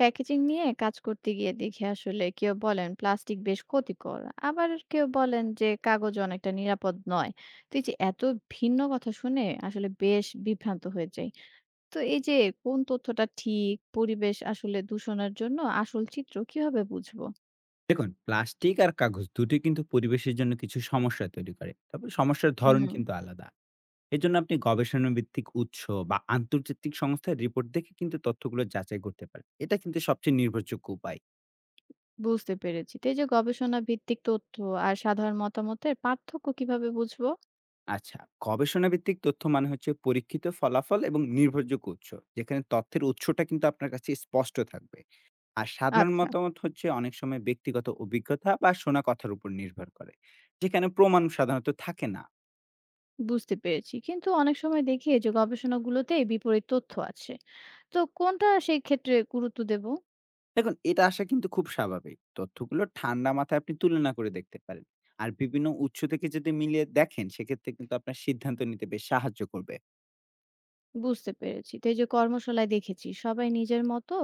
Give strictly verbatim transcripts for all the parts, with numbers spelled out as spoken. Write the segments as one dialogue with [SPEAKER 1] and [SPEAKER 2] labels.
[SPEAKER 1] Packaging নিয়ে কাজ করতে গিয়ে দেখি আসলে কেউ বলেন প্লাস্টিক বেশ ক্ষতিকর, আবার কেউ বলেন যে কাগজ অনেকটা নিরাপদ নয়। তো এই যে এত ভিন্ন কথা শুনে আসলে বেশ বিভ্রান্ত হয়ে যাই। তো এই যে কোন তথ্যটা ঠিক, পরিবেশ আসলে দূষণের জন্য আসল চিত্র কিভাবে বুঝবো?
[SPEAKER 2] দেখুন, প্লাস্টিক আর কাগজ দুটোই কিন্তু পরিবেশের জন্য কিছু সমস্যা তৈরি করে। তবে সমস্যার
[SPEAKER 1] হুম,
[SPEAKER 2] ধরন কিন্তু আলাদা। এজন্য আপনি গবেষণা ভিত্তিক উৎস বা আন্তর্জাতিক সংস্থার রিপোর্ট দেখে কিন্তু তথ্যগুলো যাচাই করতে পারেন। এটা কিন্তু সবচেয়ে নির্ভরযোগ্য উপায়।
[SPEAKER 1] বুঝতে পেরেছি। তো এই যে গবেষণা ভিত্তিক তথ্য আর সাধারণ মতামতের পার্থক্য কিভাবে বুঝবো?
[SPEAKER 2] আচ্ছা, গবেষণা ভিত্তিক তথ্য মানে হচ্ছে পরীক্ষিত ফলাফল এবং নির্ভরযোগ্য উৎস। যেখানে তথ্যের উৎসটা কিন্তু আপনার কাছে স্পষ্ট থাকবে। আর সাধারণ
[SPEAKER 1] আচ্ছা,
[SPEAKER 2] মতামত হচ্ছে অনেক সময় ব্যক্তিগত অভিজ্ঞতা বা শোনা কথার উপর নির্ভর করে। যেখানে প্রমাণ সাধারণত থাকে না।
[SPEAKER 1] বুঝতে পেরেছি। কিন্তু অনেক সময় দেখি এই যে গবেষণাগুলোতে বিপরীত তথ্য আছে, তো কোনটা সেই ক্ষেত্রে গুরুত্ব দেব?
[SPEAKER 2] দেখুন, এটা আসা কিন্তু খুব স্বাভাবিক। তথ্যগুলো ঠান্ডা মাথায় আপনি তুলনা করে দেখতে পারেন। আর বিভিন্ন উৎস থেকে যদি মিলিয়ে দেখেন, সেক্ষেত্রে কিন্তু আপনার সিদ্ধান্ত নিতে বেশ সাহায্য করবে।
[SPEAKER 1] বুঝতে পেরেছি। তো এই যে কর্মশালায় দেখেছি সবাই নিজের মতো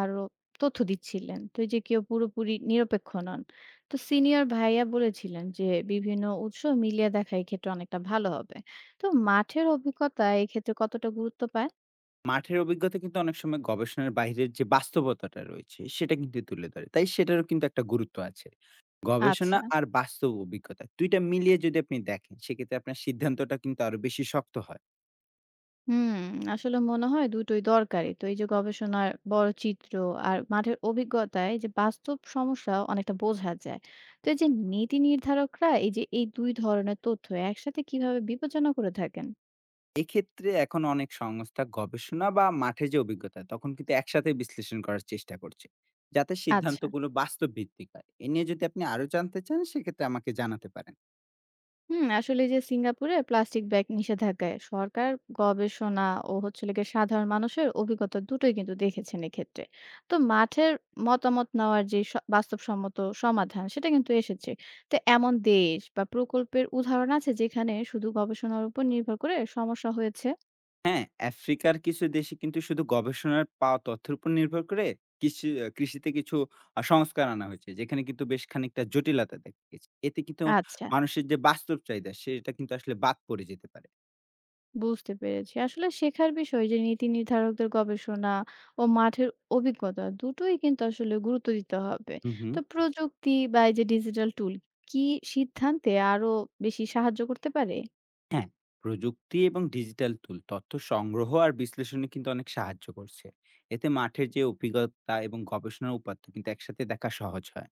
[SPEAKER 1] আরো তথ্য দিচ্ছিলেন। তো এই যে কেউ পুরোপুরি নিরপেক্ষ নন। তো সিনিয়র ভাইয়া বলেছিলেন যে বিভিন্ন উৎস মিলিয়ে দেখা এক্ষেত্রে অনেকটা ভালো হবে। তো মাঠের অভিজ্ঞতা এক্ষেত্রে কতটা গুরুত্ব পায়?
[SPEAKER 2] মাঠের অভিজ্ঞতা কিন্তু অনেক সময় গবেষণার বাইরের যে বাস্তবতাটা রয়েছে, সেটা কিন্তু তুলে ধরে। তাই সেটারও কিন্তু একটা গুরুত্ব আছে।
[SPEAKER 1] আচ্ছা।
[SPEAKER 2] গবেষণা আর বাস্তব অভিজ্ঞতা দুই টা মিলিয়ে যদি আপনি দেখেন, সেক্ষেত্রে আপনার সিদ্ধান্তটা কিন্তু আরো বেশি শক্ত হয়।
[SPEAKER 1] হুম, আসলে মনে হয় দুটোই দরকারি। তো এই যে গবেষণার বড় চিত্র আর মাঠের অভিজ্ঞতায় যে বাস্তব সমস্যা অনেকটা বোঝা যায়। তো এই যে নীতি নির্ধারকরা এই যে এই দুই ধরনের তথ্য একসাথে কিভাবে বিবেচনা করে থাকেন?
[SPEAKER 2] এক্ষেত্রে এখন অনেক সংস্থা গবেষণা বা মাঠে যে অভিজ্ঞতা তখন কিন্তু একসাথে বিশ্লেষণ করার চেষ্টা করছে, যাতে
[SPEAKER 1] আচ্ছা।
[SPEAKER 2] সিদ্ধান্তগুলো বাস্তব ভিত্তিক হয়। এ নিয়ে যদি আপনি আরো জানতে চান, সেক্ষেত্রে আমাকে জানাতে পারেন।
[SPEAKER 1] হুম, আসলে যে সিঙ্গাপুরে প্লাস্টিক ব্যাগ নিষেধাজ্ঞায় সরকার গবেষণা ও হচ্ছে লেগে সাধারণ মানুষের অভিজ্ঞতা দুটোই কিন্তু দেখেছেন এক্ষেত্রে। তো মাঠের মতামত নেওয়ার যে স- বাস্তবসম্মত সমাধান সেটা কিন্তু এসেছে। তো এমন দেশ বা প্রকল্পের উদাহরণ আছে যেখানে শুধু গবেষণার উপর নির্ভর করে সমস্যা হয়েছে?
[SPEAKER 2] হ্যাঁ, আফ্রিকার কিছু দেশে কিন্তু শুধু গবেষণার পাওয়া তথ্যের উপর নির্ভর করে কৃষি আহ, কৃষিতে কিছু আহ, সংস্কার আনা হয়েছে, যেখানে কিন্তু বেশ খানিকটা জটিলতা দেখা গেছে। এতে কিন্তু
[SPEAKER 1] আচ্ছা,
[SPEAKER 2] মানুষের যে বাস্তব চাহিদা সেটা কিন্তু আসলে বাদ পড়ে যেতে পারে।
[SPEAKER 1] বুঝতে পেরেছি। আসলে শেখার বিষয় যে নীতি নির্ধারকদের গবেষণা ও মাঠের অভিজ্ঞতা দুটোই কিন্তু আসলে গুরুত্ব দিতে হবে।
[SPEAKER 2] হুম হুম
[SPEAKER 1] তো প্রযুক্তি বা এই যে ডিজিটাল টুল কি সিদ্ধান্তে আরো বেশি সাহায্য করতে পারে?
[SPEAKER 2] হ্যাঁ, প্রযুক্তি এবং ডিজিটাল টুল তথ্য সংগ্রহ আর বিশ্লেষণে কিন্তু অনেক সাহায্য করছে। এতে মাঠের যে অভিজ্ঞতা এবং গবেষণার উপাত্ত কিন্তু একসাথে দেখা সহজ হয়।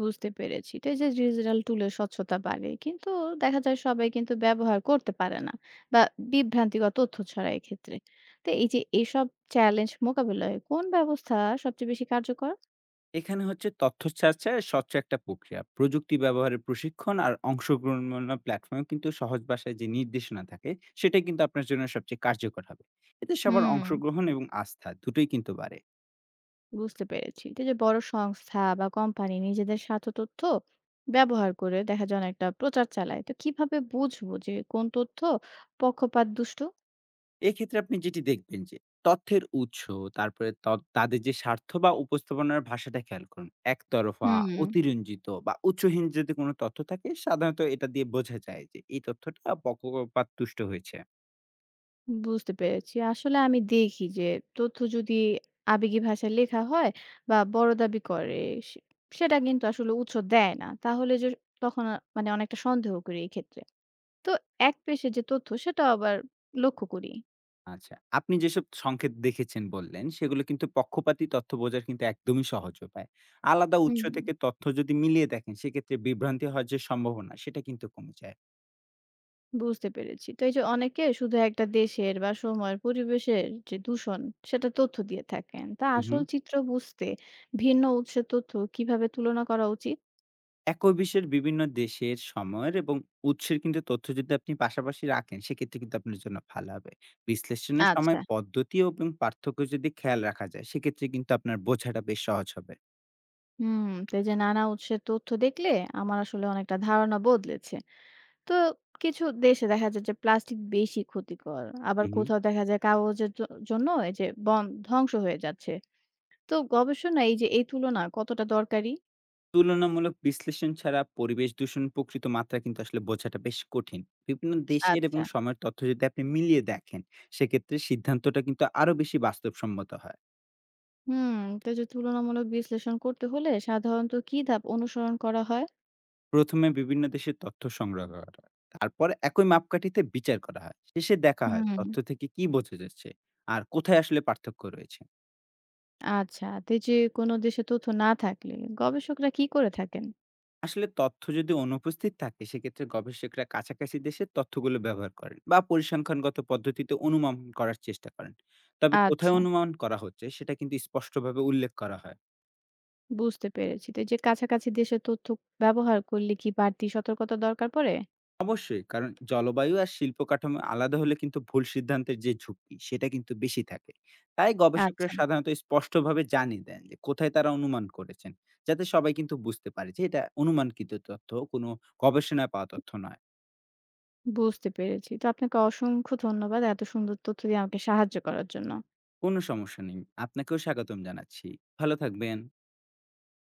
[SPEAKER 1] বুঝতে পেরেছি। তো এই যে ডিজিটাল টুলের স্বচ্ছতা বাড়ে। কিন্তু দেখা যায় সবাই কিন্তু ব্যবহার করতে পারে না, বা বিভ্রান্তিকর তথ্য ছড়ায় এক্ষেত্রে। তো এই যে এসব চ্যালেঞ্জ মোকাবিলায় কোন ব্যবস্থা সবচেয়ে বেশি কার্যকর?
[SPEAKER 2] এখানে হচ্ছে তথ্য ছাড়ছাড় স্বচ্ছ একটা প্রক্রিয়া। প্রযুক্তি ব্যবহারের প্রশিক্ষণ আর অংশগ্রহণমূলক প্ল্যাটফর্মে কিন্তু সহজ ভাষায় যে নির্দেশনা থাকে, সেটাই কিন্তু আপনার জন্য সবচেয়ে কার্যকর হবে। এতে সবার
[SPEAKER 1] হুম।
[SPEAKER 2] অংশগ্রহণ এবং আস্থা দুটোই কিন্তু বাড়ে।
[SPEAKER 1] বুঝতে পেরেছি। তো এই যে বড় সংস্থা বা কোম্পানি নিজেদের স্বার্থ তথ্য ব্যবহার করে দেখা যায় অনেকটা প্রচার চালায়। তো কিভাবে বুঝবো যে কোন তথ্য পক্ষপাত দুষ্ট?
[SPEAKER 2] এক্ষেত্রে আপনি যেটি দেখবেন যে তথ্যের উৎস, তারপরে ত তাদের যে স্বার্থ বা উপস্থাপনার ভাষাটা খেয়াল করুন। একতরফা,
[SPEAKER 1] হুম,
[SPEAKER 2] অতিরঞ্জিত বা উচ্চহীন যদি কোনো তথ্য থাকে, সাধারণত এটা দিয়ে বোঝা যায় যে এই তথ্যটা পক্ষপাতদুষ্ট হয়েছে।
[SPEAKER 1] বুঝতে পেরেছি। আসলে আমি দেখি যে তথ্য যদি আবেগী ভাষায় লেখা হয় বা বড় দাবি করে, সে সেটা কিন্তু আসলে উৎস দেয় না। তাহলে যে তখন আ মানে অনেকটা সন্দেহ করি এই ক্ষেত্রে। তো এক পেশে যে তথ্য সেটা আবার লক্ষ্য করি।
[SPEAKER 2] আচ্ছা, আপনি যেসব সংকেত দেখেছেন বললেন সেগুলো কিন্তু পক্ষপাতী তথ্য বোঝার কিন্তু একদমই সহজ উপায়। আলাদা উৎস
[SPEAKER 1] হুম,
[SPEAKER 2] থেকে তথ্য যদি মিলিয়ে দেখেন, সেক্ষেত্রে বিভ্রান্তি হওয়ার যে সম্ভাবনা সেটা কিন্তু কমে যায়।
[SPEAKER 1] বুঝতে পেরেছি। তো এই যে অনেকে শুধু একটা দেশের বা সময়ের পরিবেশের যে দূষণ সেটা তথ্য দিয়ে থাকেন। তা
[SPEAKER 2] হু, হু।
[SPEAKER 1] আসল চিত্র বুঝতে ভিন্ন উৎসের তথ্য কিভাবে তুলনা করা উচিত?
[SPEAKER 2] একই বিশ্বের বিভিন্ন দেশের, সময়ের এবং উৎসের কিন্তু তথ্য যদি আপনি পাশাপাশি রাখেন, সেক্ষেত্রে কিন্তু আপনার জন্য ভালো হবে। বিশ্লেষণের
[SPEAKER 1] আচ্ছা,
[SPEAKER 2] সময় পদ্ধতি এবং পার্থক্য যদি খেয়াল রাখা যায়, সেক্ষেত্রে কিন্তু আপনার বোঝাটা বেশ সহজ হবে।
[SPEAKER 1] হুম। তো এই যে নানা উৎসের তথ্য দেখলে আমার আসলে অনেকটা ধারণা বদলেছে। তো কিছু দেশে দেখা যায় যে প্লাস্টিক বেশি ক্ষতিকর, আবার
[SPEAKER 2] উম হুম।
[SPEAKER 1] কোথাও দেখা যায় কাগজের জ জন্য এই যে বন ধ্বংস হয়ে যাচ্ছে। তো গবেষণায় এই যে এই তুলনা কতটা দরকারি?
[SPEAKER 2] তুলনামূলক বিশ্লেষণ ছাড়া পরিবেশ দূষণ প্রকৃত মাত্রা কিন্তু আসলে বোঝাটা বেশ কঠিন। বিভিন্ন দেশের এবং
[SPEAKER 1] আচ্ছা,
[SPEAKER 2] সময়ের তথ্য যদি আপনি মিলিয়ে দেখেন, সেক্ষেত্রে সিদ্ধান্তটা কিন্তু আরো বেশি বাস্তবসম্মত হয়।
[SPEAKER 1] হুম। তো এই যে তুলনামূলক বিশ্লেষণ করতে হলে সাধারণত কি ধাপ অনুসরণ করা হয়?
[SPEAKER 2] প্রথমে বিভিন্ন দেশের তথ্য সংগ্রহ করা হয়। তারপরে একই মাপকাঠিতে বিচার করা হয়। শেষে দেখা হয়
[SPEAKER 1] হুম,
[SPEAKER 2] তথ্য থেকে কি বোঝা যাচ্ছে আর কোথায় আসলে পার্থক্য রয়েছে।
[SPEAKER 1] আচ্ছা। তো এই যে কোনো দেশে তথ্য না থাকলে গবেষকরা কি করে থাকেন?
[SPEAKER 2] আসলে তথ্য যদি অনুপস্থিত থাকে, সেক্ষেত্রে গবেষকরা কাছাকাছি দেশের তথ্যগুলো ব্যবহার করেন বা পরিসংখ্যানগত পদ্ধতিতে অনুমান করার চেষ্টা করেন। তবে কোথায়
[SPEAKER 1] আচ্ছা,
[SPEAKER 2] অনুমান করা হচ্ছে সেটা কিন্তু স্পষ্টভাবে উল্লেখ করা হয়।
[SPEAKER 1] বুঝতে পেরেছি। তো এই যে কাছাকাছি দেশের তথ্য ব্যবহার করলে কি বাড়তি সতর্কতা দরকার পড়ে?
[SPEAKER 2] অবশ্যই, কারণ জলবায়ু আর শিল্প কাঠামো আলাদা হলে কিন্তু ভুল সিদ্ধান্তের যে ঝুঁকি, সেটা কিন্তু বেশি থাকে। তাই গবেষকরা
[SPEAKER 1] আচ্ছা,
[SPEAKER 2] সাধারণত স্পষ্টভাবে জানিয়ে দেন যে কোথায় তারা অনুমান করেছেন। যাতে সবাই কিন্তু বুঝতে পারে যে এটা অনুমানকৃত তথ্য, কোনো গবেষণায় পাওয়া তথ্য নয়।
[SPEAKER 1] বুঝতে পেরেছি। তো আপনাকে অসংখ্য ধন্যবাদ এত সুন্দর তথ্য দিয়ে আমাকে সাহায্য করার জন্য।
[SPEAKER 2] কোনো সমস্যা নেই। আপনাকেও স্বাগতম জানাচ্ছি। ভালো থাকবেন।